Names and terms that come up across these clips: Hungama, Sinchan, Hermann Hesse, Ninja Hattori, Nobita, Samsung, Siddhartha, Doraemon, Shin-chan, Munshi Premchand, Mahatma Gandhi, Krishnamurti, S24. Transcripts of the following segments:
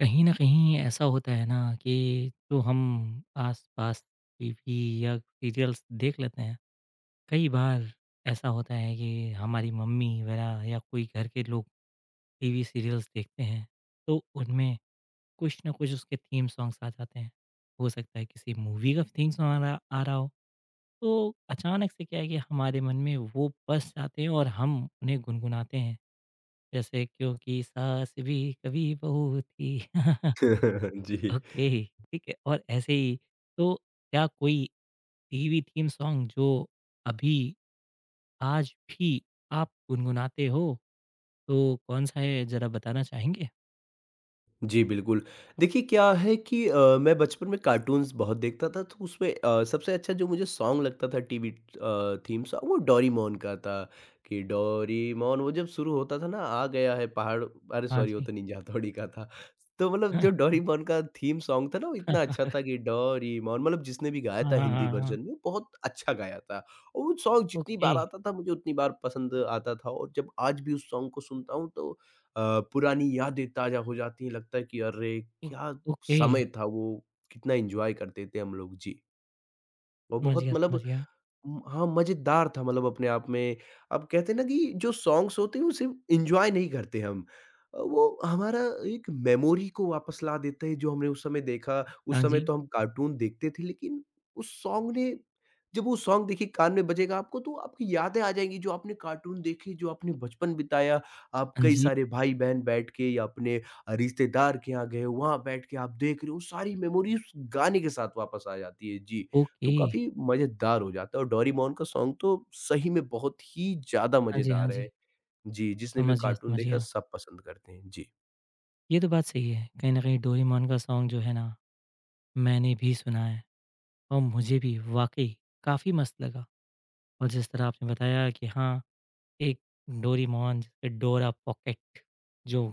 कहीं न कहीं ऐसा होता है ना कि जो हम आस-पास टीवी या सीरियल्स देख लेते हैं, कई बार ऐसा होता है कि हमारी मम्मी वगैरह या कोई घर के लोग टीवी सीरियल्स देखते हैं, तो उनमें कुछ न कुछ उसके थीम सॉन्ग्स आ जाते हैं। हो सकता है किसी मूवी का थीम सॉन्ग आ रहा हो, तो अचानक से क्या है कि हमारे मन में वो बस जाते हैं और हम उन्हें गुनगुनाते हैं। जैसे क्योंकि सास भी कभी बहू थी। जी। ओके ठीक है और ऐसे ही तो क्या कोई टीवी थीम सॉन्ग जो अभी आज भी आप गुनगुनाते हो तो कौन सा है जरा बताना चाहेंगे? जी, बिल्कुल। देखिए क्या है कि मैं बचपन में कार्टून्स बहुत देखता था तो उसमें सबसे अच्छा जो मुझे सॉन्ग लगता था टीवी थीम सॉन्ग वो डोरेमोन का था कि डोरेमोन वो जब शुरू होता था ना आ गया है पहाड़ अरे हाँ सॉरी वो जी। तो निंजा हथौड़ी का था। तो मतलब हाँ, जो डोरेमोन का थीम सॉन्ग था ना वो इतना अच्छा था कि डोरेमोन मतलब जिसने भी गाया हाँ, था हाँ, हिंदी हाँ, हाँ। वर्जन में बहुत अच्छा गाया था। और वो सॉन्ग जितनी ओके, बार आता था मुझे उतनी बार पसंद आता था और जब आज भी उस सॉन्ग को सुनता हूँ तो अ, पुरानी यादें ताज़ा हो जाती हैं, लगता है कि अरे! ओ क्या ओके समय था वो, कितना एन्जॉय करते थे हम लोग। जी, वो समझ बहुत गया, मतलब समझ गया। हाँ, मज़ेदार था मतलब अपने आप में। अब कहते हैं ना कि जो सॉन्ग्स होते हैं वो सिर्फ़ एन्जॉय नहीं करते हम। वो हमारा एक मेमोरी को वापस ला देते हैं जो हमने उस समय देखा। उस हाँ समय जी, तो हम कार्टून देखते थे लेकिन उस सॉन्ग ने जब वो सॉन्ग देखिए कान में बजेगा आपको तो आपकी यादें आ जाएँगी जो आपने कार्टून देखे, जो आपने बचपन बिताया। आप हाँ कई जी, सारे भाई-बहन बैठ के या अपने रिश्तेदार के यहाँ गए, वहाँ बैठ के आप देख रहे हो, सारी मेमोरी उस गाने के साथ वापस आ जाती है। जी। तो ओके। काफ़ी मज़ेदार हो जाता है और डोरेमोन का सॉन्ग तो सही में बहुत ही ज़्यादा हाँ जी, हाँ मज़ेदार है। जी, जी, जिसने भी समझ गया, कार्टून समझ देखा गया। सब पसंद करते हैं। जी। ये तो बात सही है, कहीं न कहीं डोरेमोन का सॉन्ग जो है ना मैंने भी सुना है और मुझे भी वाक़ई काफ़ी मस्त लगा और जिस तरह आपने बताया कि हाँ एक डोरेमोन, डोरा पॉकेट जो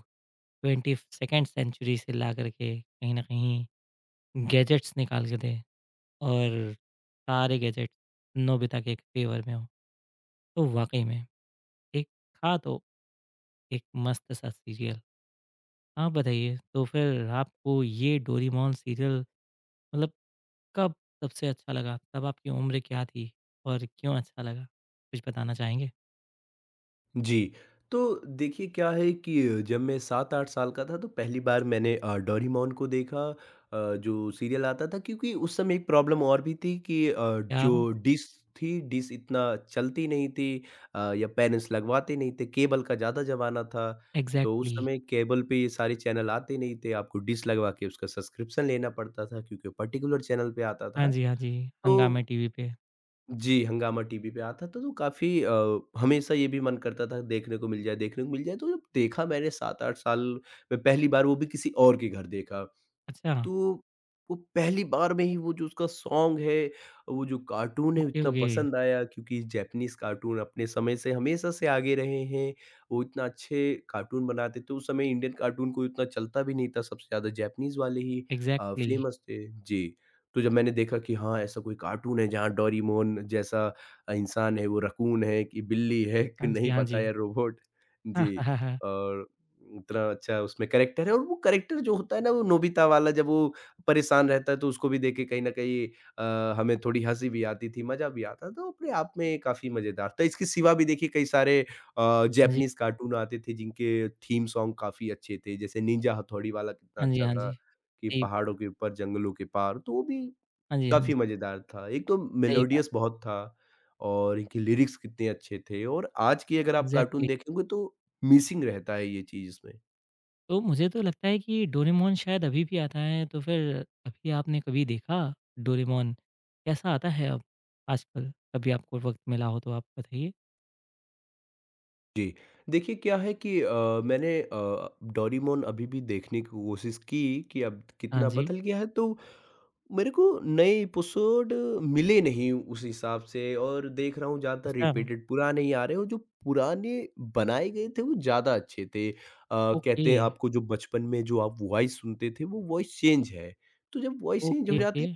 21st सेकंड सेंचुरी से ला कर के कहीं न कहीं गैजेट्स निकाल के दे और सारे गैजेट्स नोबिता के फ़ेवर में हो, तो वाक़ई में एक था तो एक मस्त सा सीरियल। आप बताइए तो फिर आपको ये डोरेमोन सीरियल मतलब कब सबसे अच्छा लगा? तब आपकी उम्र क्या थी और क्यों अच्छा लगा? कुछ बताना चाहेंगे? जी। तो देखिए क्या है कि जब मैं 7-8 साल का था तो पहली बार मैंने डोरेमोन को देखा जो सीरियल आता था क्योंकि उस समय एक प्रॉब्लम और भी थी कि क्या जो डिश थी, डिश इतना चलती नहीं थी या पेरेंट्स लगवाते नहीं थे, केबल का ज़्यादा ज़माना था। तो उस एग्ज़ैक्टली समय केबल पे ये सारे चैनल आते नहीं थे, आपको डिश लगवा के उसका सब्सक्रिप्शन लेना पड़ता था क्योंकि पर्टिकुलर चैनल पे आता हाँ था। जी, हाँ जी, हंगामा तो टीवी पे। जी, हंगामा टीवी पे आता था तो काफ़ी हमेशा ये भी मन करता था देखने को मिल जाए, तो जब देखा मैंने 7-8 साल में पहली बार वो भी किसी और के घर देखा। अच्छा। तो वो पहली बार में ही वो जो उसका सॉन्ग है, वो जो कार्टून है ओके, इतना ओके। पसंद आया क्योंकि जैपनीज़ कार्टून अपने समय से हमेशा से आगे रहे हैं। वो इतना अच्छे कार्टून बनाते थे, उस समय इंडियन कार्टून कोई उतना चलता भी नहीं था, सबसे ज़्यादा जैपनीज़ वाले ही इग्ज़ैक्टली फ़ेमस थे। जी, तो जब मैंने देखा कि हाँ, ऐसा कोई कार्टून है जहाँ डोरेमोन जैसा इंसान है, वो रकून है कि बिल्ली है कि हाँ जी, नहीं हाँ पता जी। या रोबोट। हाँ, जी हाँ, हाँ, हाँ। और इतना अच्छा उसमें कैरेक्टर है और वो कैरेक्टर जो होता है ना वो नोबिता वाला जब वो परेशान रहता है तो उसको भी देख के कहीं न कहीं हमें थोड़ी हँसी भी आती थी, मज़ा भी आता था, तो अपने आप में काफ़ी मज़ेदार था। इसके सिवा भी देखिए कई सारे हाँ जी, जापानीज़ कार्टून आते थे जिनके थीम सॉन्ग काफ़ी अच्छे थे, जैसे निंजा हथौड़ी वाला कितना हाँ जी, अच्छा हाँ था जी। कि सही पहाड़ों के ऊपर जंगलों के पार, तो वो भी हाँ जी, हाँ जी। काफ़ी मज़ेदार था। एक तो सही बात, मेलोडियस बहुत था और इनके लिरिक्स कितने अच्छे थे और आज की अगर आप कार्टून इग्ज़ैक्टली। देखेंगे तो मिसिंग रहता है ये चीज़ इसमें। तो मुझे तो लगता है कि डोरेमोन शायद अभी भी आता है, तो फिर अभी आपने कभी देखा डोरेमोन? कैसा आता है अब आजकल? कभी आपको वक़्त मिला हो तो आप बताइए? जी। देखिए क्या है कि मैंने डोरेमोन अभी भी देखने की कोशिश की कि अब हाँ कितना जी। बदल गया है तो मेरे को नए एपिसोड मिले नहीं उस हिसाब से और देख रहा हूँ ज़्यादा अच्छा, रिपीटेड पुराने ही आ रहे हैं और जो पुराने बनाए गए थे वो ज़्यादा अच्छे थे। ओके, कहते हैं आपको जो बचपन में जो आप वॉइस सुनते थे वो वॉइस चेंज है। तो जब वॉइस चेंज हो ओके, जाती ओके। है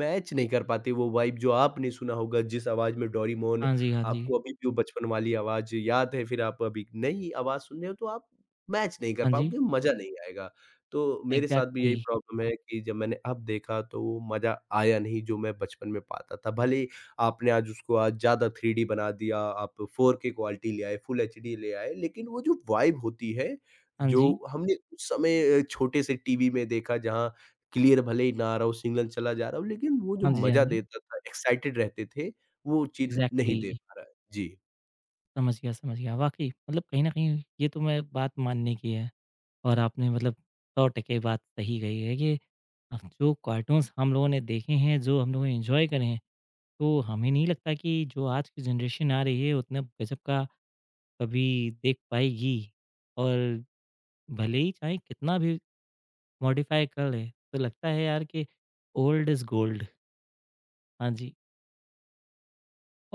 मैच नहीं कर पाते वो वाइब जो आपने सुना होगा, जिस आवाज़ में डोरेमोन हाँ जी, हाँ जी। आपको अभी भी वो बचपन वाली आवाज़ याद है, फिर आप अभी नई आवाज़ सुन रहे हो तो आप मैच नहीं कर हाँ जी, पाओगे, मज़ा नहीं आएगा। तो मेरे साथ भी यही इग्ज़ैक्टली। प्रॉब्लम है कि जब मैंने अब देखा तो वो मज़ा आया नहीं जो मैं बचपन में पाता था। भले ही आपने आज उसको आज ज़्यादा 3D बना दिया, आप 4K क्वालिटी ले आए, फुल एचडी ले आए, लेकिन वो जो वाइब होती है, हाँ जो जी। हमने उस समय छोटे से टीवी में देखा जहाँ क्लियर भले ही ना आ रहा हो, सिग्नल चला जा रहा हो, लेकिन वो जो हाँ जी, हाँ मज़ा जी। देता था, एक्साइटेड रहते थे, वो चीज़ नहीं दे इग्ज़ैक्टली। पा रहा है। जी, समझ गया, समझ गया। वाक़ई मतलब कहीं न कहीं ये तो मैं बात मानने की है और आपने मतलब 100 टके बात सही कही है कि अब जो कार्टून्स हम लोगों ने देखे हैं, जो हम लोगों ने एन्जॉय करे हैं, तो हमें नहीं लगता कि जो आज की जनरेशन आ रही है उतना गज़ब का कभी देख पाएगी। और भले ही चाहे कितना भी मॉडिफ़ाई कर ले, तो लगता है यार कि ओल्ड इज़ गोल्ड। हाँ जी,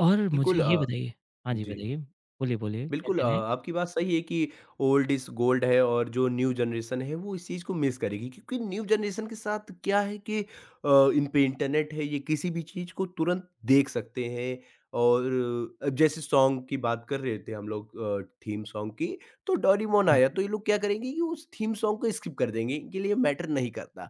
और मुझे बिल्कुल। ये बताइए हाँ जी, जी। बताइए। बोलिए, बोलिए क्या बिल्कुल कह अ, रहे हैं? आपकी बात सही है कि ओल्ड इज़ गोल्ड है और जो न्यू जनरेशन है वो इस चीज़ को मिस करेगी क्योंकि न्यू जनरेशन के साथ क्या है कि इन पे इंटरनेट है ये किसी भी चीज़ को तुरंत देख सकते हैं और जैसे सॉन्ग की बात कर रहे थे हम लोग थीम सॉन्ग की तो डोरेमोन हाँ आया जी, तो ये लोग क्या करेंगे कि उस थीम सॉन्ग को स्किप कर देंगे इनके लिए मैटर नहीं करता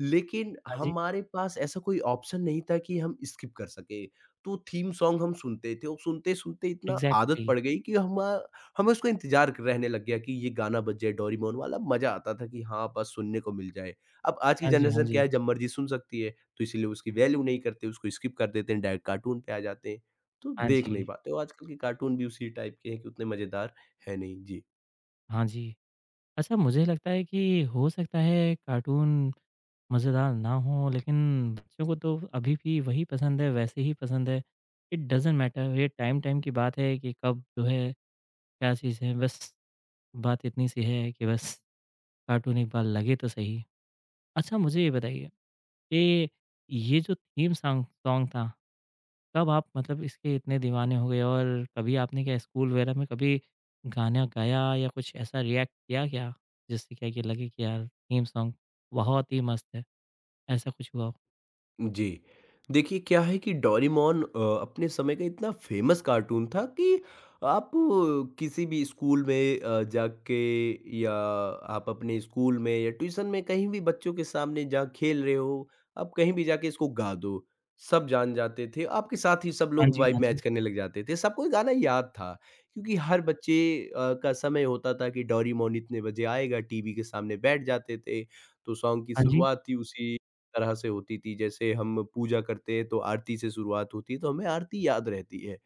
लेकिन हाँ जी, हमारे पास ऐसा कोई ऑप्शन नहीं था कि हम स्किप कर सके तो थीम सॉन्ग हम सुनते थे और सुनते-सुनते इतना आदत एग्ज़ैक्टली। पड़ गई कि हमा हमें उसका इंतज़ार क रहने लग गया कि ये गाना बज जाए डोरेमोन वाला, मज़ा आता था कि हाँ, बस सुनने को मिल जाए। अब आज की हाँ जी, हाँ जनरेशन क्या जी। है जब मर्ज़ी सुन सकती है, तो इसीलिए उसकी वैल्यू नहीं करते, उसको स्किप कर देते हैं, डायरेक्ट कार्टून पे आ जाते हैं, तो हाँ देख नहीं जी, पाते। और आजकल के कार्टून भी उसी टाइप के हैं कि उतने मज़ेदार है नहीं। जी। हाँ जी। अच्छा मुझे लगता है कि हो सकता है कार्टून मज़ेदार ना हो लेकिन बच्चों को तो अभी भी वही पसंद है, वैसे ही पसंद है। इट डज़न्ट मैटर ये टाइम-टाइम की बात है कि कब जो है क्या चीज़ है, बस बात इतनी सी है कि बस कार्टून एक बार लगे तो सही। अच्छा मुझे ये बताइए कि ये जो थीम सॉन्ग सॉन्ग था कब आप मतलब इसके इतने दीवाने हो गए और कभी आपने क्या स्कूल वगैरह में कभी गाना गाया या कुछ ऐसा रिएक्ट किया क्या? जिससे क्या कि लगे कि यार थीम सॉन्ग बहुत ही मस्त है, ऐसा कुछ हुआ हो? जी। देखिए क्या है कि डोरेमोन अपने समय का इतना फ़ेमस कार्टून था कि आप किसी भी स्कूल में जाके या आप अपने स्कूल में या ट्यूशन में कहीं भी बच्चों के सामने जहाँ खेल रहे हो, आप कहीं भी जाके इसको गा दो। सब जान जाते थे, आपके साथ ही सब हाँ लोग जी, वाइब हाँ जी। मैच करने लग जाते थे। सबको ये गाना याद था क्योंकि हर बच्चे का समय होता था कि डोरेमोन इतने बजे आएगा, टीवी के सामने बैठ जाते थे। तो सॉन्ग की हाँ जी। शुरुआत ही उसी तरह से होती थी, जैसे हम पूजा करते हैं तो आरती से शुरुआत होती है, तो हमें आरती याद रहती है।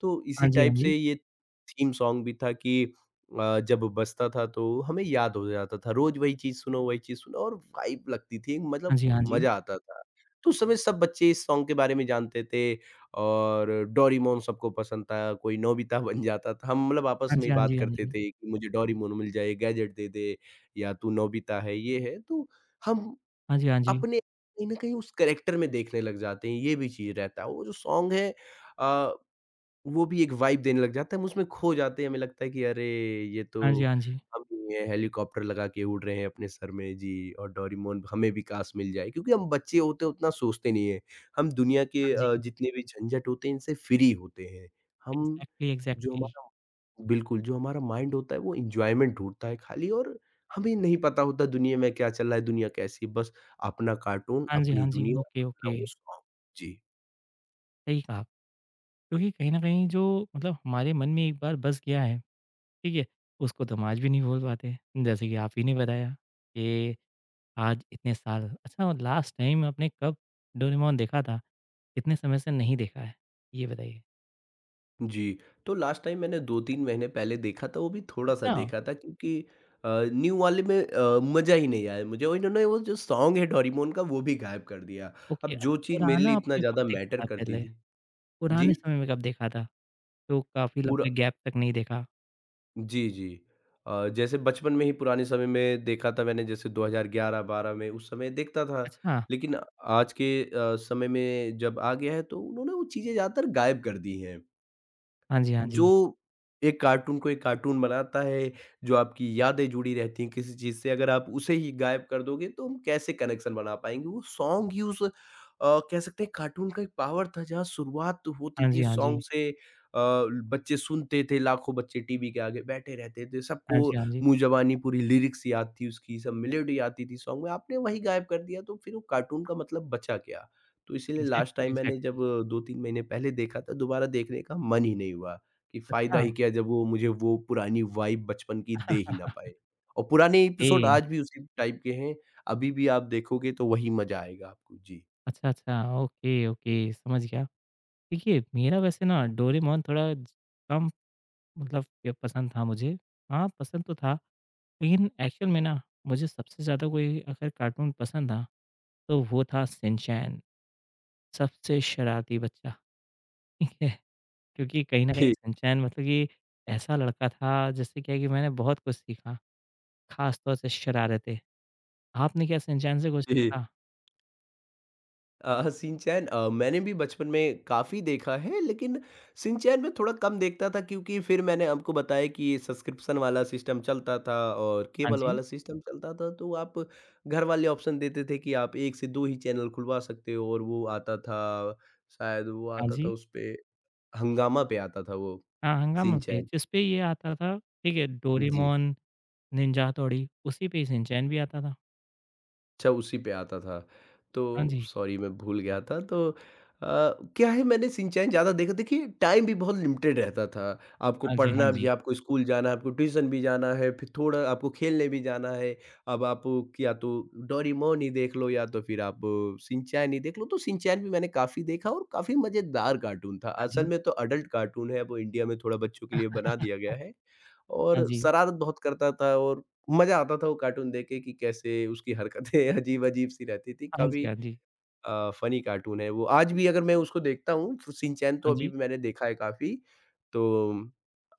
तो इसी हाँ जी, हाँ टाइप जी। से ये थीम सॉन्ग भी था कि जब बजता था तो हमें याद हो जाता था, रोज़ वही चीज़ सुनो और वाइब लगती थी, हाँ मतलब जी, हाँ जी। मज़ा आता था। तो उस समय सब बच्चे इस सॉन्ग के बारे में जानते थे और डोरेमोन सबको पसंद था, कोई नोबिता बन जाता था, हम मतलब आपस हाँ में जी, ही हाँ बात जी, हाँ करते जी। थे कि मुझे डोरेमोन मिल जाए, गैजेट दे दे या तू नोबिता है, ये है। तो हम हाँ जी, हाँ जी। अपने कहीं न कहीं उस कैरेक्टर में देखने लग जाते हैं, ये भी चीज़ रहता है। वो जो सॉन्ग है अ, वो भी एक वाइब देने लग जाता है, हम उसमें खो जाते हैं, हमें लगता है कि अरे! ये तो हाँ जी, हाँ जी। हम ही हैं, हेलीकॉप्टर लगा के उड़ रहे हैं अपने सर में जी और डोरेमोन हमें भी काश मिल जाए क्योंकि हम बच्चे होते हैं, उतना सोचते नहीं हैं। हम दुनिया हाँ के जी। जितने भी झंझट होते हैं, इनसे फ्री होते हैं। हम एग्ज़ैक्टली, जो एग्ज़ैक्टली। हमारा बिल्कुल, जो हमारा माइंड होता है वो एन्जॉयमेंट ढूँढता है खाली और हमें नहीं पता होता दुनिया में क्या चल रहा है, दुनिया कैसी है, बस अपना कार्टून, हाँ जी, अपनी हाँ जी। दुनिया, ओके, अपना ओके। वो सॉन्ग। जी। सही कहा। क्योंकि कहीं न कहीं जो मतलब हमारे मन में एक बार बस गया है, ठीक है? उसको तो हम आज भी नहीं भूल पाते। जैसे कि आप ही ने बताया कि आज इतने साल अच्छा लास्ट टाइम आपने कब डोरेमोन देखा था? कितने समय से नहीं देखा है? ये बताइए। जी, तो लास्ट टाइम मैंने 2-3 महीने पहले देखा था, वो भी थोड़ा-सा अच्छा, देखा था क्योंकि न्यू वाले में मज़ा ही नहीं आया मुझे और इन्होंने वो जो सॉन्ग है डोरेमोन का वो भी गायब कर दिया। ओके अब जो अच्छा चीज़ मेरे पुराना लिए इतना आपने ज़्यादा कब देखा मैटर था करती पहले? थी पुराने जी? समय में कब देखा था? तो काफ़ी पूरा लंबे गैप तक नहीं देखा। जी, जी। जैसे बचपन में ही पुराने समय में देखा था मैंने जैसे 2011-12 में उस समय देखता था। अच्छा, लेकिन आज के समय में जब आ गया है तो उन्होंने वो चीज़ें ज़्यादातर गायब कर दी हैं। हाँ जी, हाँ जो जी। एक कार्टून को एक कार्टून बनाता है, जो आपकी यादें जुड़ी रहती हैं किसी चीज़ से, अगर आप उसे ही गायब कर दोगे तो हम कैसे कनेक्शन बना पाएँगे? वो सॉन्ग ही उस कह सकते हैं कार्टून का एक पावर था जहाँ शुरुआत होती हाँ थी जी, हाँ सॉन्ग जी। से बच्चे सुनते थे, लाखों बच्चे टीवी के आगे बैठे रहते थे, हाँ सबको जी, हाँ जी। मुँह ज़बानी पूरी लिरिक्स याद थी उसकी, सब मेलोडी आती थी सॉन्ग में, आपने वही गायब कर दिया तो फिर वो कार्टून का मतलब बचा क्या? तो इसीलिए लास्ट एग्ज़ैक्टली, टाइम मैंने जब एग्ज़ैक्टली। 2-3 महीने पहले देखा था, दोबारा देखने का मन ही नहीं हुआ। कि फ़ायदा अच्छा, ही क्या जब वो मुझे वो पुरानी वाइब बचपन की दे ही ना पाए। और पुराने ए एपिसोड आज भी उसी टाइप के हैं, अभी भी आप देखोगे तो वही मज़ा आएगा आपको। जी। अच्छा, अच्छा, ओके, ओके समझ गया। देखिए, मेरा वैसे ना डोरेमोन थोड़ा कम मतलब ये पसंद था मुझे। हाँ, पसंद तो था लेकिन एक्चुअल में ना मुझे सबसे ज़्यादा कोई अगर कार्टून पसंद था तो वो था सिंचैन, सबसे शरारती बच्चा, ठीक है? क्योंकि कहीं न कहीं सिंचैन मतलब कि ऐसा लड़का था जिससे क्या है कि मैंने बहुत कुछ सीखा, ख़ास तौर से शरारतें। आपने क्या सिंचैन से कुछ जी, जी। सीखा? शिनचैन मैंने भी बचपन में काफ़ी देखा है, लेकिन शिनचैन मैं थोड़ा कम देखता था क्योंकि फिर मैंने आपको बताया कि ये सब्सक्रिप्शन वाला सिस्टम चलता था और हाँ केबल जी, वाला सिस्टम चलता था, तो आप घर वाले ऑप्शन देते थे कि आप 1 से 2 ही चैनल खुलवा सकते हो। और वो आता था, शायद वो हाँ आता था जी। उसपे, हंगामा पे आता था वो, हाँ, हंगामा पे शिनचैन। जिस पे ये आता था, ठीक है, जी, डोरेमोन, निंजा हथौड़ी उसी पे ही सिंचैन भी आता था। अच्छा, उसी पे आता था। तो हाँ जी, सॉरी मैं भूल गया था। तो अ, क्या है, मैंने शिनचैन ज़्यादा देखा, देखिए टाइम भी बहुत लिमिटेड रहता था। आपको हाँ जी, हाँ पढ़ना भी, जी, आपको स्कूल जाना है, आपको ट्यूशन भी जाना है, फिर थोड़ा आपको खेलने भी जाना है। अब आप या तो डोरेमोन ही देख लो या तो फिर आप शिनचैन ही देख लो, तो शिनचैन भी मैंने काफ़ी देखा और काफ़ी मज़ेदार कार्टून था। हाँ असल जी, में तो अडल्ट कार्टून है, अब वो इंडिया में थोड़ा बच्चों के लिए बना दिया गया है। हाँ और जी, शरारत बहुत करता था, और मज़ा आता था वो कार्टून देख के कि कैसे उसकी हरकतें अजीब-अजीब सी रहती थी। हाँ काफ़ी जी, हाँ जी, फ़नी कार्टून है वो। आज भी अगर मैं उसको देखता हूँ, तो शिनचैन तो हाँ अभी जी, भी मैंने देखा है काफ़ी, तो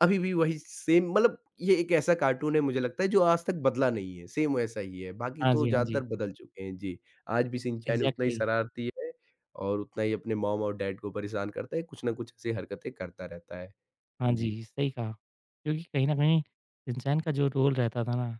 अभी भी वही सेम। मतलब ये एक ऐसा कार्टून है मुझे लगता है जो आज तक बदला नहीं है, सेम वैसा ही है। बाकी हाँ तो जी, हाँ जी। ज़्यादातर बदल चुके हैं। जी, आज भी शिनचैन उतना ही एग्ज़ैक्टली। शरारती है और उतना ही अपने मॉम और डैड को परेशान करता है, कुछ ना कुछ ऐसी हरकतें करता रहता है। हाँ जी। जी, सही कहा। क्योंकि कहीं न कहीं इंसान का जो रोल रहता था ना,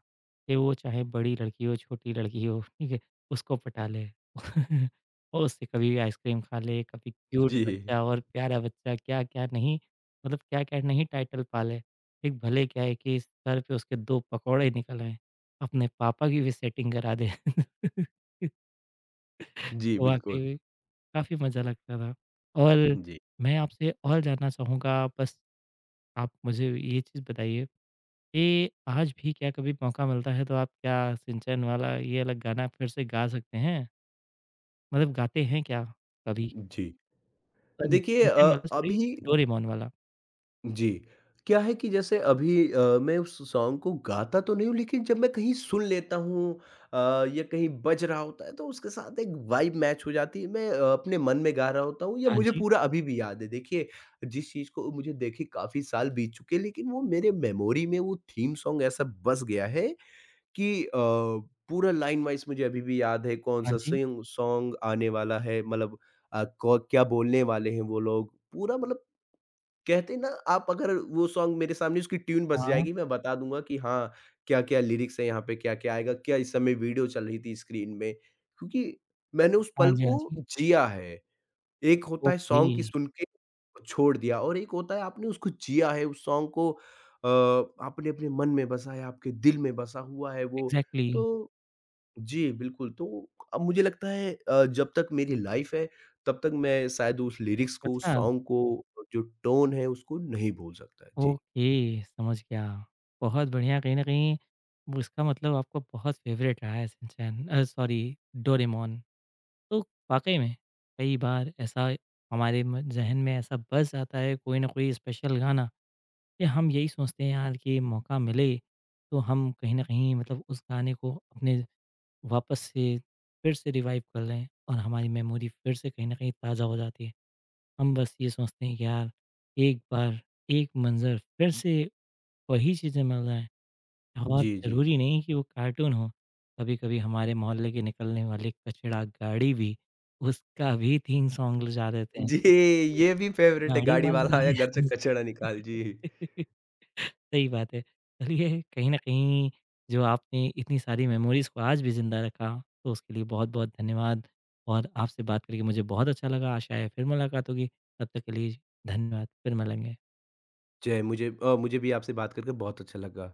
कि वो चाहे बड़ी लड़की हो, छोटी लड़की हो, ठीक है? उसको पटा ले। और उससे कभी आइसक्रीम खा ले, कभी क्यूट जी। बच्चा और प्यारा बच्चा, क्या-क्या नहीं मतलब क्या-क्या नहीं टाइटल पा ले। एक भले क्या है कि सर पे उसके 2 पकौड़े निकल आएँ, अपने पापा की भी सेटिंग करा दे। जी, बिल्कुल। वाक़ई में काफ़ी मज़ा लगता था। और जी। मैं आपसे और जानना चाहूँगा बस आप मुझे ये चीज़ बताइए ये आज भी क्या कभी मौका मिलता है तो आप क्या सिंचन वाला ये अलग गाना फिर से गा सकते हैं? मतलब गाते हैं क्या कभी? जी। अरे! देखिए सिंचन वाला सॉरी अभी डोरेमोन वाला। जी, क्या है कि जैसे अभी मैं उस सॉन्ग को गाता तो नहीं हूँ, लेकिन जब मैं कहीं सुन लेता हूँ या कहीं बज रहा होता है, तो उसके साथ एक वाइब मैच हो जाती है। मैं अपने मन में गा रहा होता हूँ या हाँ मुझे जी, पूरा अभी भी याद है। देखिए, जिस चीज़ को मुझे देखे काफ़ी साल बीत चुके हैं, लेकिन वो मेरे मेमोरी में वो थीम सॉन्ग ऐसा बस गया है कि पूरा लाइन वाइज़ मुझे अभी भी याद है हाँ कौन-सा जी, सिंग सॉन्ग सॉन्ग आने वाला है, मतलब क क्या बोलने वाले हैं वो लोग। पूरा मतलब, कहते हैं ना, आप अगर वो सॉन्ग मेरे सामने उसकी ट्यून बज हाँ, जाएगी, मैं बता दूँगा कि हाँ, क्या-क्या लिरिक्स हैं यहाँ पे, क्या-क्या आएगा, क्या इस समय वीडियो चल रही थी स्क्रीन में। क्योंकि मैंने उस हाँ पल जी, हाँ को जी। जिया है। एक होता है ओके, सॉन्ग की सुन के छोड़ दिया, और एक होता है आपने उसको जिया है, उस सॉन्ग को आपने अपने मन में बसा है, आपके दिल में बसा हुआ है वो। एग्ज़ैक्टली तो जी, बिल्कुल, तो अब मुझे लगता है जब तक मेरी लाइफ है, तब तक मैं शायद उस लिरिक्स को, उस अच्छा, सॉन्ग को, जो टोन है, उसको नहीं भूल सकता। जी। ओके समझ गया। बहुत बढ़िया कहीं न कहीं वो इसका मतलब आपका बहुत फ़ेवरेट रहा है सिंचन सॉरी डोरेमोन। तो वाक़ई में कई बार ऐसा हमारे म ज़हन में ऐसा बस जाता है कोई ना कोई स्पेशल गाना कि हम यही सोचते हैं यार कि मौका मिले तो हम कहीं न कहीं मतलब उस गाने को अपने वापस से फिर से रिवाइव कर लें और हमारी मेमोरी फिर से कहीं न कहीं ताज़ा हो जाती है। हम बस ये सोचते हैं कि यार एक बार, एक मंज़र फिर से वही चीज़ें मिल जाएँ और जी, जी। ज़रूरी नहीं कि वो कार्टून हो। कभी-कभी हमारे मोहल्ले की निकलने वाली कचड़ा गाड़ी भी उसका भी थीम सॉन्ग ले जा देते हैं। जी, एक ये भी फ़ेवरेट है, गाड़ी गाड़ी वाला वाला आया घर से है कचरा निकाल। जी। सही बात है। चलिए कहीं न कहीं जो आपने इतनी सारी मेमोरीज़ को आज भी ज़िंदा रखा, तो उसके लिए बहुत-बहुत धन्यवाद और आपसे बात करके मुझे बहुत अच्छा लगा। आशा है फिर मुलाकात होगी, तब तक के लिए धन्यवाद। फिर मिलेंगे। जय मुझे भी आपसे बात करके बहुत अच्छा लगा।